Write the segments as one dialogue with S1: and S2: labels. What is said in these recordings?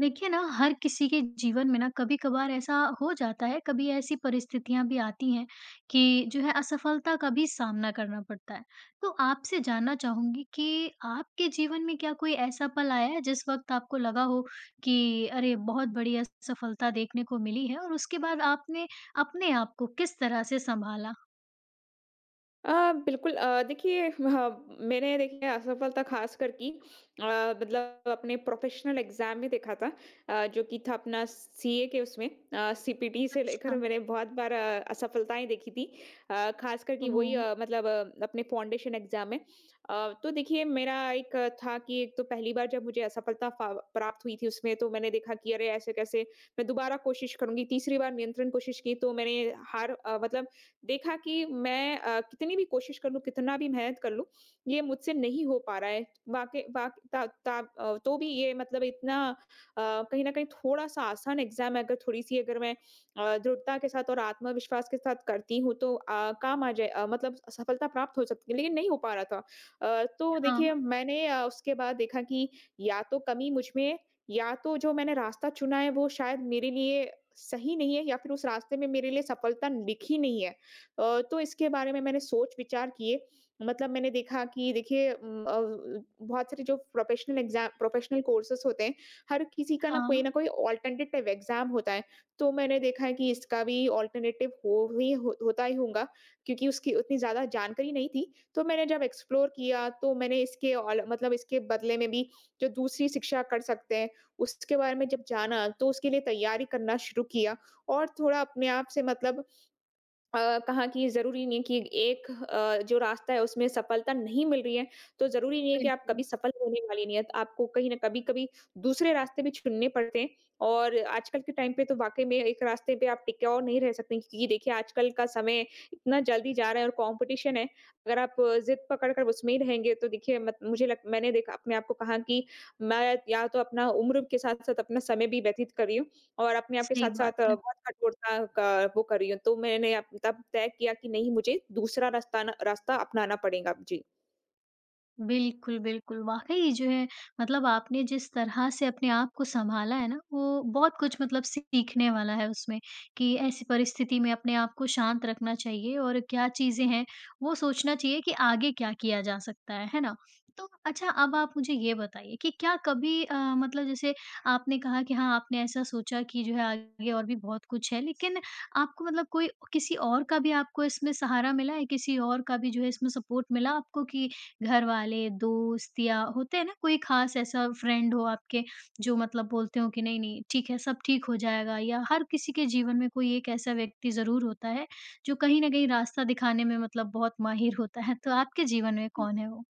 S1: देखिए ना हर किसी के जीवन में ना कभी-कभार ऐसा हो जाता है, कभी ऐसी परिस्थितियाँ भी आती हैं कि जो है असफलता का भी सामना करना पड़ता है। तो आपसे जानना चाहूँगी कि आपके जीवन में क्या कोई ऐसा पल आया है जिस वक़्त आपको लगा हो कि अरे! बहुत बड़ी असफलता देखने को मिली है और उसके बाद आपने अपने आप को किस तरह से सँभाला?
S2: अ, बिल्कुल देखिए हाँ, मैंने देखिए असफलता खासकर की अ, मतलब अपने प्रोफेशनल एग्जाम में देखा था। जो कि था अपना सीए के उसमें सीपीटी से लेकर
S1: अच्छा,
S2: मैंने बहुत बार असफलताएं देखी थी। खासकर कि वही
S1: ओह!
S2: मतलब अपने फाउंडेशन एग्जाम में। तो देखिए मेरा एक था कि एक तो पहली बार जब मुझे असफलता प्राप्त हुई थी उसमें तो मैंने देखा कि अरे ऐसे कैसे मैं दोबारा कोशिश करूंगी तीसरी बार नियंत्रण कोशिश की तो मैंने मतलब देखा कि मैं कितनी भी कोशिश कर लूँ, कितना भी मेहनत कर लूँ, ये मुझसे नहीं हो पा रहा है। वाक़ई वाक़ ता ता अ, तो भी ये मतलब इतना कहीं न कहीं थोड़ा-सा आसान एग्ज़ाम है, अगर थोड़ी-सी अगर मैं दृढ़ता के साथ और आत्मविश्वास के साथ करती हूँ, तो काम आ जाए मतलब सफलता प्राप्त हो सकती है, लेकिन नहीं हो पा रहा था। तो देखिए,
S1: हाँ,
S2: मैंने उसके बाद देखा कि या तो कमी मुझ में है, या तो जो मैंने रास्ता चुना है, वो शायद मेरे लिए सही नहीं है या फिर उस रास्ते में मेरे लिए सफलता लिखी नहीं है। तो इसके बारे में मैंने सोच विचार किए। मतलब मैंने देखा कि देखिए बहुत सारे जो प्रोफेशनल कोर्सेज़ होते हैं, हर किसी का
S1: हाँ,
S2: ना कोई अल्टरनेटिव एग्ज़ाम होता है। तो मैंने देखा है कि इसका भी अल्टरनेटिव हो ही हो होता ही होगा क्योंकि उसकी उतनी ज़्यादा जानकारी नहीं थी। तो मैंने जब एक्सप्लोर किया तो मैंने इसके ऑल मतलब इसके बदले में भी जो दूसरी शिक्षा कर सकते हैं, उसके बारे में जब जाना तो उसके लिए तैयारी करना शुरू किया और थोड़ा अपने आप से मतलब कहा कि ज़रूरी नहीं है कि एक जो रास्ता है उसमें सफलता नहीं मिल रही है, तो ज़रूरी नहीं है कि आप कभी
S1: बिल्कुल,
S2: सफल होने वाली नहीं है। तो आपको कहीं न कभी-कभी दूसरे रास्ते भी चुनने पड़ते हैं और आजकल के टाइम पे तो वाक़ई में एक रास्ते पे आप टिके और नहीं रह सकते क्योंकि देखिए आजकल का समय इतना जल्दी जा रहा है और कॉम्पिटिशन है। अगर आप ज़िद पकड़ कर उसमें ही रहेंगे तो देखिए मत मुझे लग मैंने देखा अपने आप को कहा कि मैं या तो अपना उम्र के साथ-साथ अपना समय भी व्यतीत कर रही हूँ। और अपने आप के
S1: सही
S2: साथ-साथ
S1: बात है।
S2: बहुत कठोरता का वो कर रही हूँ। तो मैंने अप तब तय किया कि नहीं मुझे दूसरा रास्ता रास्ता अपनाना पड़ेगा। जी।
S1: बिल्कुल, बिल्कुल। वाक़ई जो है मतलब आपने जिस तरह से अपने आप को सँभाला है ना, वो बहुत कुछ मतलब सीखने वाला है उसमें कि ऐसी परिस्थिति में अपने आप को शांत रखना चाहिए और क्या चीज़ें हैं, वो सोचना चाहिए कि आगे क्या किया जा सकता है ना? तो अच्छा अब आप मुझे ये बताइए कि क्या कभी मतलब जैसे आपने कहा कि हाँ, आपने ऐसा सोचा कि जो है आगे और भी बहुत कुछ है, लेकिन आपको मतलब कोई किसी और का भी आपको इसमें सहारा मिला है? किसी और का भी जो है इसमें सपोर्ट मिला आपको कि घरवाले, दोस्त या होते हैं ना कोई ख़ास ऐसा फ्रेंड हो आपके जो मतलब बोलते हो कि नहीं, नहीं ठीक है सब ठीक हो जाएगा या हर किसी के जीवन में कोई एक ऐसा व्यक्ति ज़रूर होता है, जो कहीं न कहीं रास्ता दिखाने में मतलब बहुत माहिर होता है, तो आपके जीवन में कौन है वो?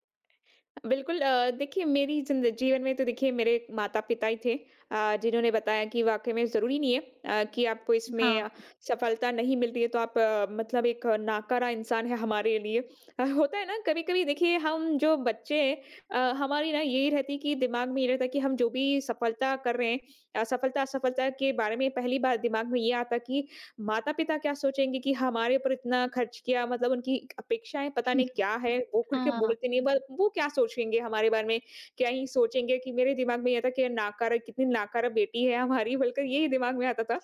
S2: बिल्कुल देखिए मेरी ज़िंद जीवन में तो देखिए मेरे माता-पिता ही थे जिन्होंने बताया कि वाक़ई में ज़रूरी नहीं है कि आपको
S1: हाँ,
S2: इसमें सफलता नहीं मिल रही है तो आप मतलब एक नाकारा इंसान है हमारे लिए। होता है ना कभी-कभी देखिए हम जो बच्चे हैं हमारी ना यही रहती है कि दिमाग में ये रहता है कि हम जो भी सफलता कर रहे हैं, असफलता असफलता के बारे में पहली बार दिमाग में ये आता है कि माता-पिता क्या सोचेंगे कि हमारे ऊपर इतना खर्च किया मतलब उनकी अपेक्षाएँ पता नहीं क्या है, वो खुल के
S1: हाँ,
S2: बोलते नहीं बल वो क्या सोचेंगे हमारे बारे में? क्या ही सोचेंगे कि मेरे दिमाग में ये था कि नाकारा कितनी नाकारा बेटी है हमारी बोलकर यही दिमाग में आता था।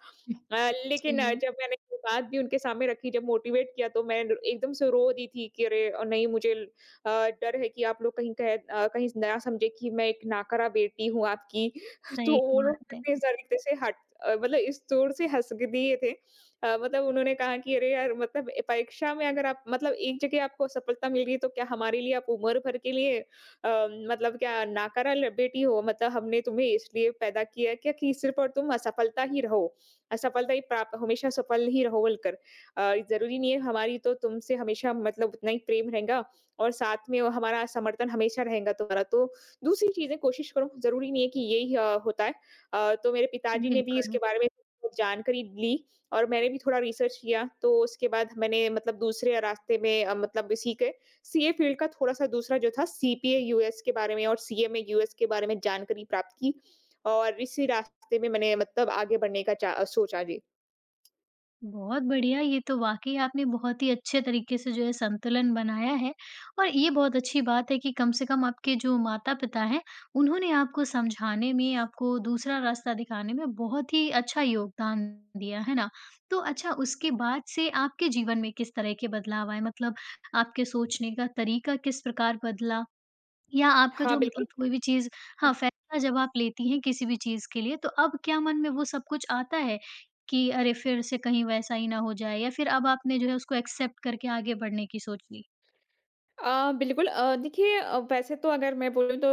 S2: अ, लेकिन
S1: जी,
S2: जब मैंने ये बात भी उनके सामने रखी, जब मोटिवेट किया तो मैं एकदम से रो दी थी कि अरे नहीं मुझे डर है कि आप लोग कहीं ना समझे कि मैं एक नाकरा बेटी हूँ आपकी। तो
S1: सही
S2: वो लोग
S1: बात है,
S2: इतने तरीके से मतलब इस जोर से हँस ग दिए थे। मतलब उन्होंने कहा कि अरे यार मतलब परीक्षा में अगर आप मतलब एक जगह आपको सफलता मिल रही है तो क्या हमारे लिए आप उम्र भर के लिए मतलब क्या नाकरा ल बेटी हो? मतलब हमने तुम्हें इसलिए पैदा किया है क्या कि सिर्फ़ और तुम असफलता ही रहो। असफलता ही प्राप्त हमेशा सफल ही रहो बोलकर। ज़रूरी नहीं है हमारी तो तुमसे हमेशा मतलब उतना ही प्रेम रहेगा और साथ में वो हमारा समर्थन हमेशा रहेगा तुम्हारा। तो दूसरी चीज़ें कोशिश करो, ज़रूरी नहीं है कि यही होता है। तो मेरे पिताजी ने भी इसके
S1: बिल्कुल।
S2: बारे में जानकारी ली और मैंने भी थोड़ा रिसर्च किया, तो उसके बाद मैंने मतलब दूसरे रास्ते में मतलब सीखे। सीए फील्ड का थोड़ा-सा दूसरा जो था सीपीए यूएस के बारे में और सीएमए यूएस के बारे में जानकारी प्राप्त की और इसी रास्ते में मैंने मतलब आगे बढ़ने का चा सोचा जी।
S1: बहुत बढ़िया, ये तो वाक़ई आपने बहुत ही अच्छे तरीके से जो है संतुलन बनाया है और ये बहुत अच्छी बात है कि कम से कम आपके जो माता-पिता हैं, उन्होंने आपको समझाने में, आपको दूसरा रास्ता दिखाने में बहुत ही अच्छा योगदान दिया, है ना? तो अच्छा उसके बाद से आपके जीवन में किस तरह के बदलाव आए? मतलब आपके सोचने का तरीका किस प्रकार बदला या आपका
S2: हाँ,
S1: जो
S2: बिल्कुल।
S1: मतलब कोई भी चीज़ हाँ,
S2: हुँ।
S1: फैसला जब आप लेती हैं किसी भी चीज़ के लिए तो अब क्या मन में वो सब कुछ आता है कि अरे फिर से कहीं वैसा ही ना हो जाए या फिर अब आपने जो है उसको एक्सेप्ट करके आगे बढ़ने की सोच ली?
S2: बिल्कुल देखिए वैसे तो अगर मैं बोलूँ तो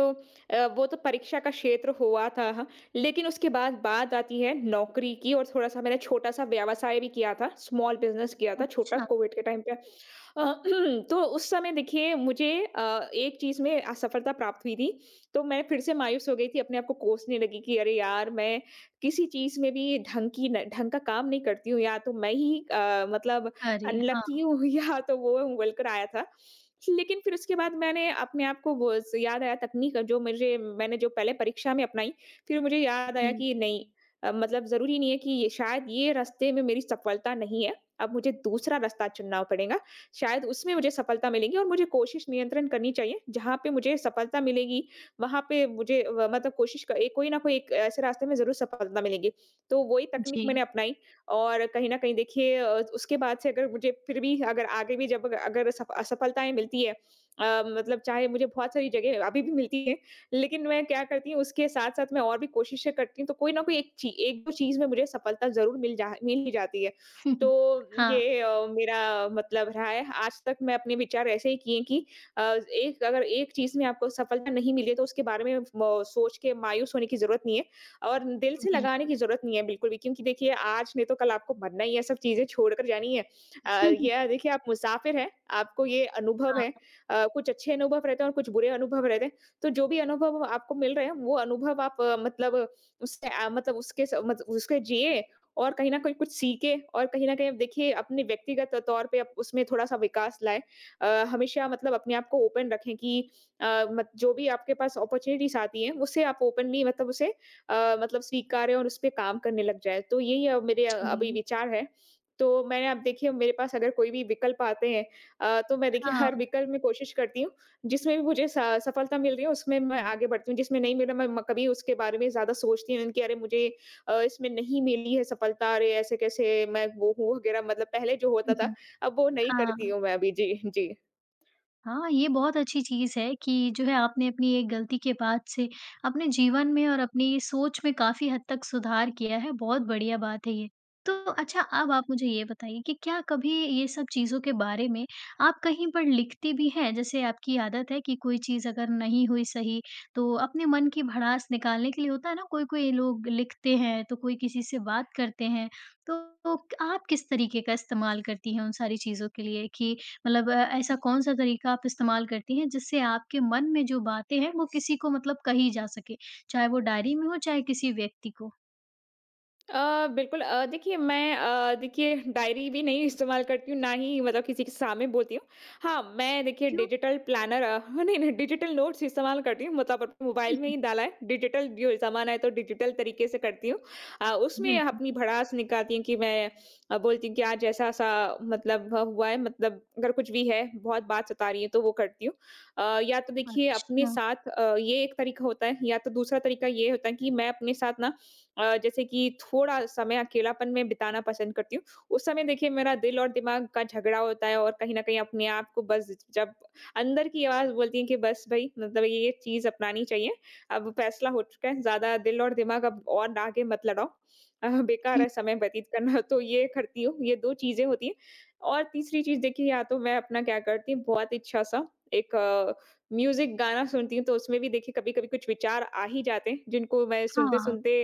S2: वो तो परीक्षा का क्षेत्र हुआ था ह लेकिन उसके बाद बात आती है नौकरी की और थोड़ा-सा मैंने छोटा-सा व्यवसाय भी किया था, स्मॉल बिज़नेस किया था छोटा
S1: अच्छा।
S2: कोविड के टाइम पे। अ, तो उस समय देखिए मुझे एक चीज़ में असफलता प्राप्त हुई थी, तो मैं फिर से मायूस हो गई थी, अपने आप को कोसने लगी कि अरे यार! मैं किसी चीज़ में भी ढंग की न ढंग का काम नहीं करती हूँ, या तो मैं ही मतलब
S1: अरे! हाँ।
S2: अनलकी हूँ। या तो वो बोलकर आया था। लेकिन फिर उसके बाद मैंने अपने आप को वो स याद आया तकनीक जो मुझे मैंने जो पहले परीक्षा में अपनाई, फिर मुझे याद आया
S1: जी,
S2: कि नहीं मतलब ज़रूरी नहीं है कि ये शायद ये रास्ते में मेरी सफलता नहीं है, अब मुझे दूसरा रास्ता चुनना पड़ेगा। शायद उसमें मुझे सफलता मिलेगी और मुझे कोशिश नियंत्रण करनी चाहिए। जहाँ पे मुझे सफलता मिलेगी, वहाँ पे मुझे व मतलब कोशिश क ए कोई न कोई एक ऐसे रास्ते में ज़रूर सफलता मिलेगी। तो वही तकनीक
S1: जी।
S2: मैंने अपनाई और कहीं न कहीं देखिए उसके बाद से अगर मुझे फिर भी अगर आगे भी जब अगर सफ असफलताएँ मिलती है मतलब चाहे मुझे बहुत सारी जगह अभी भी मिलती है, लेकिन मैं क्या करती हूँ उसके साथ-साथ मैं और भी कोशिशें करती हूँ, तो कोई न कोई एक ची 1-2 चीज़ में मुझे सफलता ज़रूर मिल ही जाती है। तो
S1: हाँ।
S2: ये मेरा मतलब रहा है। आज तक मैं अपने विचार ऐसे ही किए हैं कि अ, एक अगर एक चीज़ में आपको सफलता नहीं मिली है तो उसके बारे में म सोच के मायूस होने की ज़रूरत नहीं है और दिल से लगाने की
S1: बिल्कुल।
S2: ज़रूरत नहीं है बिल्कुल भी क्योंकि देखिए आज नहीं तो कल आपको मरना ही है, सब चीज़ें छोड़कर जानी है। अ, ये देखिए आप मुसाफ़िर हैं, आपको ये अनुभव
S1: हाँ।
S2: है। कुछ अच्छे अनुभव रहते हैं और कुछ बुरे अनुभव रहते हैं। तो जो भी अनुभव आपको मिल रहे हैं वो अनुभव आप मतलब उससे मतलब उसके स मत उसके जिए और कहीं न कहीं कुछ सीखे और कहीं न कहीं अब देखिए अपने व्यक्तिगत तौर पे आप उसमें थोड़ा-सा विकास लाएँ। अ, हमेशा मतलब अपने आप को ओपन रखें कि अ, मत जो भी आपके पास अपॉर्च्युनिटीज़ आती हैं, उसे आप ओपनली मतलब उसे मतलब स्वीकारें और उसपे काम करने लग जाएँ। तो यही मेरे अभी
S1: जी।
S2: विचार हैं। तो मैंने अब देखिए मेरे पास अगर कोई भी विकल्प आते हैं तो मैं देखिए
S1: हाँ।
S2: हर विकल्प में कोशिश करती हूँ, जिसमें भी मुझे स सफलता मिल रही है उसमें मैं आगे बढ़ती हूँ, जिसमें नहीं मिला मैं म कभी उसके बारे में ज़्यादा सोचती नहीं कि अरे मुझे इसमें नहीं मिली है सफलता, अरे ऐसे कैसे मैं वो हूँ वगैरह मतलब पहले जो होता
S1: हुँ,
S2: था,
S1: हुँ।
S2: अब वो नहीं करती
S1: हाँ।
S2: हूँ मैं अभी। जी, जी।
S1: हाँ, ये बहुत अच्छी चीज़ है कि जो है आपने अपनी एक गलती के बाद से अपने जीवन में और अपनी सोच में काफ़ी हद तक सुधार किया है, बहुत बढ़िया बात है ये। तो अच्छा अब आप मुझे ये बताइए कि क्या कभी ये सब चीज़ों के बारे में आप कहीं पर लिखती भी हैं? जैसे आपकी आदत है कि कोई चीज़ अगर नहीं हुई सही, तो अपने मन की भड़ास निकालने के लिए होता है ना कोई-कोई लोग लिखते हैं, तो कोई किसी से बात करते हैं। तो तो आप किस तरीके का इस्तेमाल करती हैं उन सारी चीज़ों के लिए कि मतलब ऐसा कौन-सा तरीका आप इस्तेमाल करती हैं जिससे आपके मन में जो बातें हैं वो किसी को मतलब कही जा सके? चाहे वो डायरी में हो चाहे किसी व्यक्ति को।
S2: बिल्कुल देखिए मैं देखिए डायरी भी नहीं इस्तेमाल करती हूँ, ना ही मतलब किसी के सामने बोलती हूँ। हाँ, मैं देखिए
S1: क्यों?
S2: नहीं, नहीं डिजिटल नोट्स इस्तेमाल करती हूँ, मतलब अपने मोबाइल में ही डाला है। डिजिटल जो ज़माना है तो डिजिटल तरीके से करती हूँ। उसमें
S1: बिल्कुल।
S2: अपनी भड़ास निकालती हूँ कि मैं बोलती हूँ कि आज ऐसा-ऐसा मतलब हुआ है, मतलब अगर कुछ भी है, बहुत बात सता रही है तो वो करती हूँ। या तो देखिए अपने
S1: अच्छा।
S2: साथ ये एक तरीका होता है या तो दूसरा तरीका ये होता है कि मैं अपने साथ जैसे कि थोड़ा समय अकेलापन में बिताना पसंद करती हूँ। उस समय देखिए मेरा दिल और दिमाग का झगड़ा होता है और कहीं न कहीं अपने आप को बस जब अंदर की आवाज़ बोलती है कि बस भई मतलब ये-ये चीज़ अपनानी चाहिए। अब फैसला हो चुका है, ज़्यादा दिल और दिमाग अब और आगे मत लड़ाओ। बेकार
S1: हुँ,
S2: है समय व्यतीत करना। तो ये करती हूँ, ये 2 चीज़ें होती हैं और तीसरी चीज़ देखिए या तो मैं अपना क्या करती हूँ बहुत अच्छा सा एक म्यूज़िक गाना सुनती हूँ तो उसमें भी देखिए कभी-कभी कुछ विचार आ ही जाते हैं, जिनको मैं
S1: हाँ।
S2: सुनते-सुनते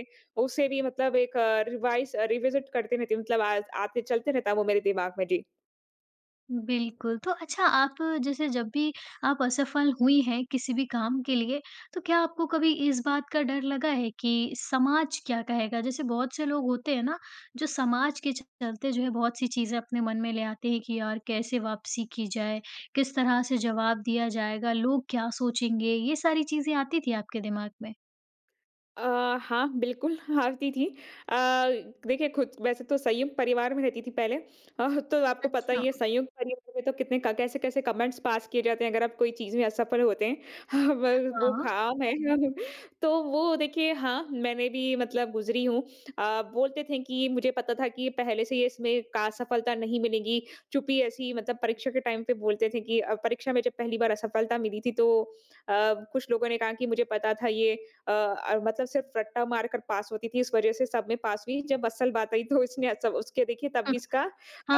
S2: उससे भी मतलब एक रिवाइज़ रिविज़िट करती रहती हूँ, मतलब आज आते चलते रहता है वो मेरे दिमाग में जी।
S1: बिल्कुल, तो अच्छा आप जैसे जब भी आप असफल हुई हैं किसी भी काम के लिए, तो क्या आपको कभी इस बात का डर लगा है कि समाज क्या कहेगा? जैसे बहुत से लोग होते हैं ना, जो समाज के चलते जो है बहुत-सी चीज़ें अपने मन में ले आते हैं कि यार कैसे वापसी की जाए? किस तरह से जवाब दिया जाएगा? लोग क्या सोचेंगे? ये सारी चीज़ें आती थी आपके दिमाग में?
S2: अ, हाँ, बिल्कुल हारती थी। अ, देखिए, खुद वैसे तो संयुक्त परिवार में रहती थी पहले। तो आपको पता ही
S1: अच्छा,
S2: है संयुक्त परिवार में तो कितने क कैसे-कैसे कमेंट्स पास किए जाते हैं अगर आप कोई चीज़ में असफल होते हैं। हाँ, व वो
S1: हाँ।
S2: काम है। तो वो देखिए, हाँ, मैंने भी मतलब गुज़री हूँ। बोलते थे कि मुझे पता था कि पहले से ही इसमें का सफलता नहीं मिलेगी। चुप्पी ऐसी मतलब परीक्षा के टाइम पे बोलते थे कि परीक्षा में जब पहली बार असफलता मिली थी तो कुछ लोगों ने कहा कि मुझे पता था ये मतलब सिर्फ रट्टा मारकर पास होती थी, इस वजह से सब में पास हुई। जब असल बात आई तो इसने सब उसके देखिए तब भी
S1: हुँ,
S2: इसका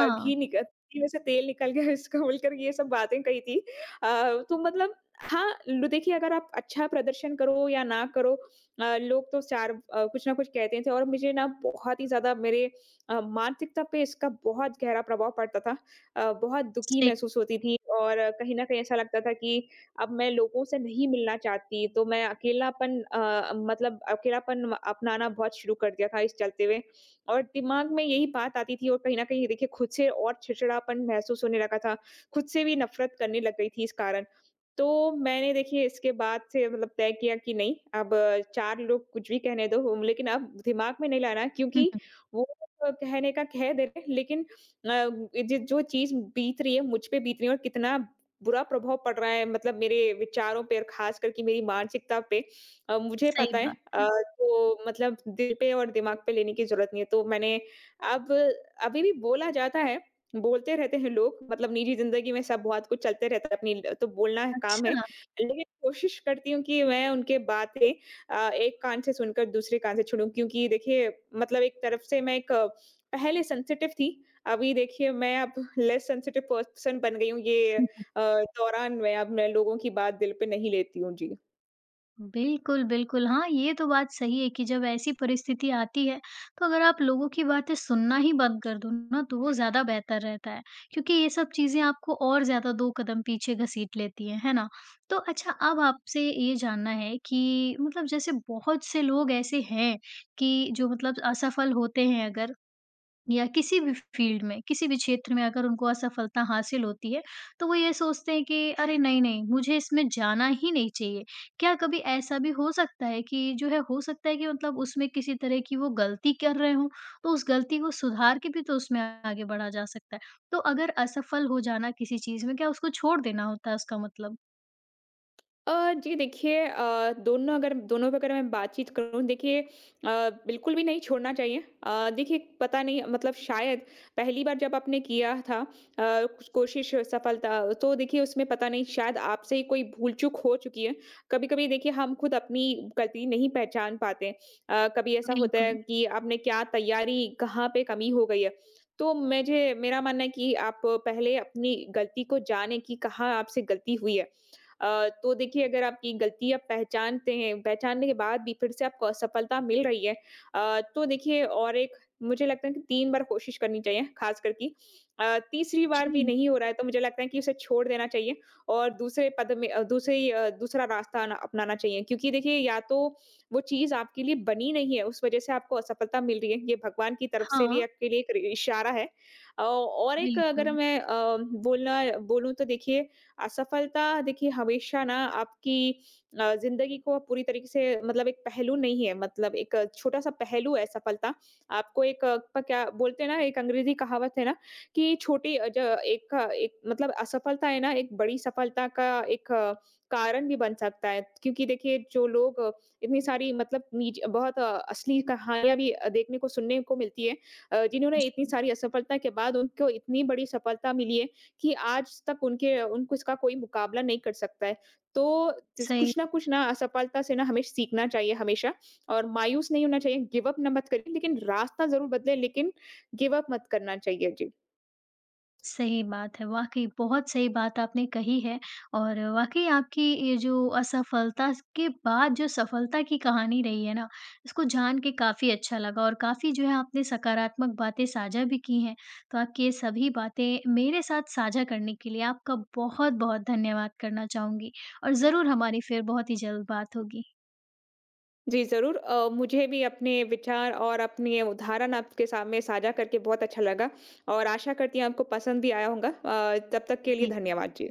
S2: अ, घी निक घी में से तेल निकल गया इसका बोलकर ये सब बातें कही थी। अ, तो मतलब हाँ, लो देखिए, अगर आप अच्छा प्रदर्शन करो या ना करो लोग तो 4 कुछ ना कुछ कहते थे और मुझे ना बहुत ही ज़्यादा मेरे मानसिकता पे इसका बहुत गहरा प्रभाव पड़ता था। बहुत दुखी
S1: सही
S2: महसूस होती थी और कहीं न कहीं ऐसा लगता था कि अब मैं लोगों से नहीं मिलना चाहती, तो मैं अकेलापन मतलब अकेलापन अपनाना बहुत शुरू कर दिया था इस चलते हुए और दिमाग में यही बात आती थी और कहीं न कहीं देखिए खुद से और चिड़चिड़ापन महसूस होने लगा था। खुद से भी नफ़रत करने लग गई थी इस कारण। तो मैंने देखिए इसके बाद से मतलब तय किया कि नहीं, अब 4 लोग कुछ भी कहने दो, लेकिन अब दिमाग में नहीं लाना,
S1: हुँ,
S2: क्योंकि
S1: हुँ,
S2: वो कहने का कह दे रहे हैं, लेकिन ज जो चीज़ बीत रही है, मुझ पे बीत रही है और कितना बुरा प्रभाव पड़ रहा है मतलब मेरे विचारों पे और खास करके मेरी मानसिकता पे मुझे पता
S1: सही
S2: है।
S1: बात है।
S2: तो मतलब दिल पे और दिमाग पे लेने की ज़रूरत नहीं है। तो मैंने अब अभी भी बोला जाता है, बोलते रहते हैं लोग, मतलब निजी ज़िंदगी में सब बहुत कुछ चलते रहता है, अपनी ल तो बोलना है, काम है।
S1: अच्छा।
S2: लेकिन कोशिश करती हूँ कि मैं उनके बातें एक कान से सुनकर दूसरे कान से छोड़ूँ, क्योंकि देखिए मतलब एक तरफ से मैं पहले सेंसिटिव थी, अभी देखिए मैं अब लेस सेंसिटिव पर्सन बन गई हूँ। ये अ, दौरान मैं लोगों की बात दिल पे नहीं लेती हूँ। जी।
S1: बिल्कुल, बिल्कुल। हाँ, ये तो बात सही है कि जब ऐसी परिस्थिति आती है, तो अगर आप लोगों की बातें सुनना ही बंद कर दो ना, तो वो ज़्यादा बेहतर रहता है, क्योंकि ये सब चीज़ें आपको और ज़्यादा 2 कदम पीछे घसीट लेती हैं, है ना? तो अच्छा, अब आपसे ये जानना है कि मतलब जैसे बहुत से लोग ऐसे हैं कि जो मतलब असफल होते हैं अगर, या किसी भी फील्ड में, किसी भी क्षेत्र में अगर उनको असफलता हासिल होती है, तो वो ये सोचते हैं कि अरे नहीं, नहीं मुझे इसमें जाना ही नहीं चाहिए। क्या कभी ऐसा भी हो सकता है कि जो है हो सकता है कि मतलब उसमें किसी तरह की वो गलती कर रहे हों, तो उस गलती को सुधार के भी तो उसमें आगे बढ़ा जा सकता है। तो अगर असफल हो जाना किसी चीज़ में, क्या उसको छोड़ देना होता है उसका मतलब?
S2: जी देखिए, दोनों पे अगर मैं बातचीत करूँ, देखिए बिल्कुल भी नहीं छोड़ना चाहिए। देखिए, पता नहीं मतलब शायद पहली बार जब आपने किया था कुछ कोशिश सफलता तो देखिए उसमें पता नहीं शायद आपसे ही कोई भूल-चूक हो चुकी है। कभी-कभी देखिए हम खुद अपनी गलती नहीं पहचान पाते। कभी ऐसा होता है
S1: बिल्कुल।
S2: कि आपने क्या तैयारी कहाँ पे कमी हो गई है। तो मुझे, मेरा मानना है कि आप पहले अपनी गलती को जानें कि कहाँ आपसे गलती हुई है। तो देखिए, अगर आपकी गलती आप पहचानते हैं, पहचानने के बाद भी फिर से आपको असफलता मिल रही है, तो देखिए और एक मुझे लगता है कि 3 बार कोशिश करनी चाहिए, ख़ासकर कि तीसरी बार भी
S1: जी।
S2: नहीं हो रहा है तो मुझे लगता है कि उसे छोड़ देना चाहिए और दूसरे पद में दूसरा रास्ता अना अपनाना चाहिए, क्योंकि देखिए या तो वो चीज़ आपके लिए बनी नहीं है, उस वज़ह से आपको असफलता मिल रही है, ये भगवान की तरफ से भी
S1: हाँ,
S2: आपके लिए एक र इशारा है। औ और एक अगर
S1: बिल्कुल।
S2: मैं बोलना बोलूँ तो देखिए असफलता देखिए हमेशा ना आपकी ज़िंदगी को पूरी तरीके से मतलब एक पहलू नहीं है, मतलब एक छोटा-सा पहलू है सफलता। आपको एक अ, प क्या बोलते हैं ना, एक अंग्रेज़ी कहावत है ना कि छोटी अ, ज एक अ, एक मतलब असफलता है ना, एक बड़ी सफलता का एक अ, कारण भी बन सकता है। क्योंकि देखिए जो लोग इतनी सारी मतलब नीज बहुत असली कहानियाँ भी देखने को, सुनने को मिलती है, जिन्होंने इतनी
S1: जी,
S2: सारी असफलता के बाद उनको इतनी बड़ी सफलता मिली है कि आज तक उनके उनको इसका कोई मुकाबला नहीं कर सकता है। तो जिस
S1: सही
S2: कुछ ना असफलता से ना हमें सीखना चाहिए हमेशा और मायूस नहीं होना चाहिए, गिव अप ना मत करें, लेकिन रास्ता ज़रूर बदलें, लेकिन गिव अप मत करना चाहिए। जी।
S1: सही बात है, वाक़ई बहुत सही बात आपने कही है और वाक़ई आपकी ये जो असफलता स के बाद जो सफलता की कहानी रही है ना, इसको जान के काफ़ी अच्छा लगा और काफ़ी जो है आपने सकारात्मक बातें साझा भी की हैं। तो आपकी ये सभी बातें मेरे साथ साझा करने के लिए आपका बहुत-बहुत धन्यवाद करना चाहूँगी और ज़रूर हमारी फिर बहुत ही जल्द बात होगी।
S2: जी, ज़रूर। मुझे भी अपने विचार और अपने उदाहरण आपके सामने साझा करके बहुत अच्छा लगा और आशा करती हूँ आपको पसंद भी आया होगा। तब तक के लिए
S1: जी।
S2: धन्यवाद। जी।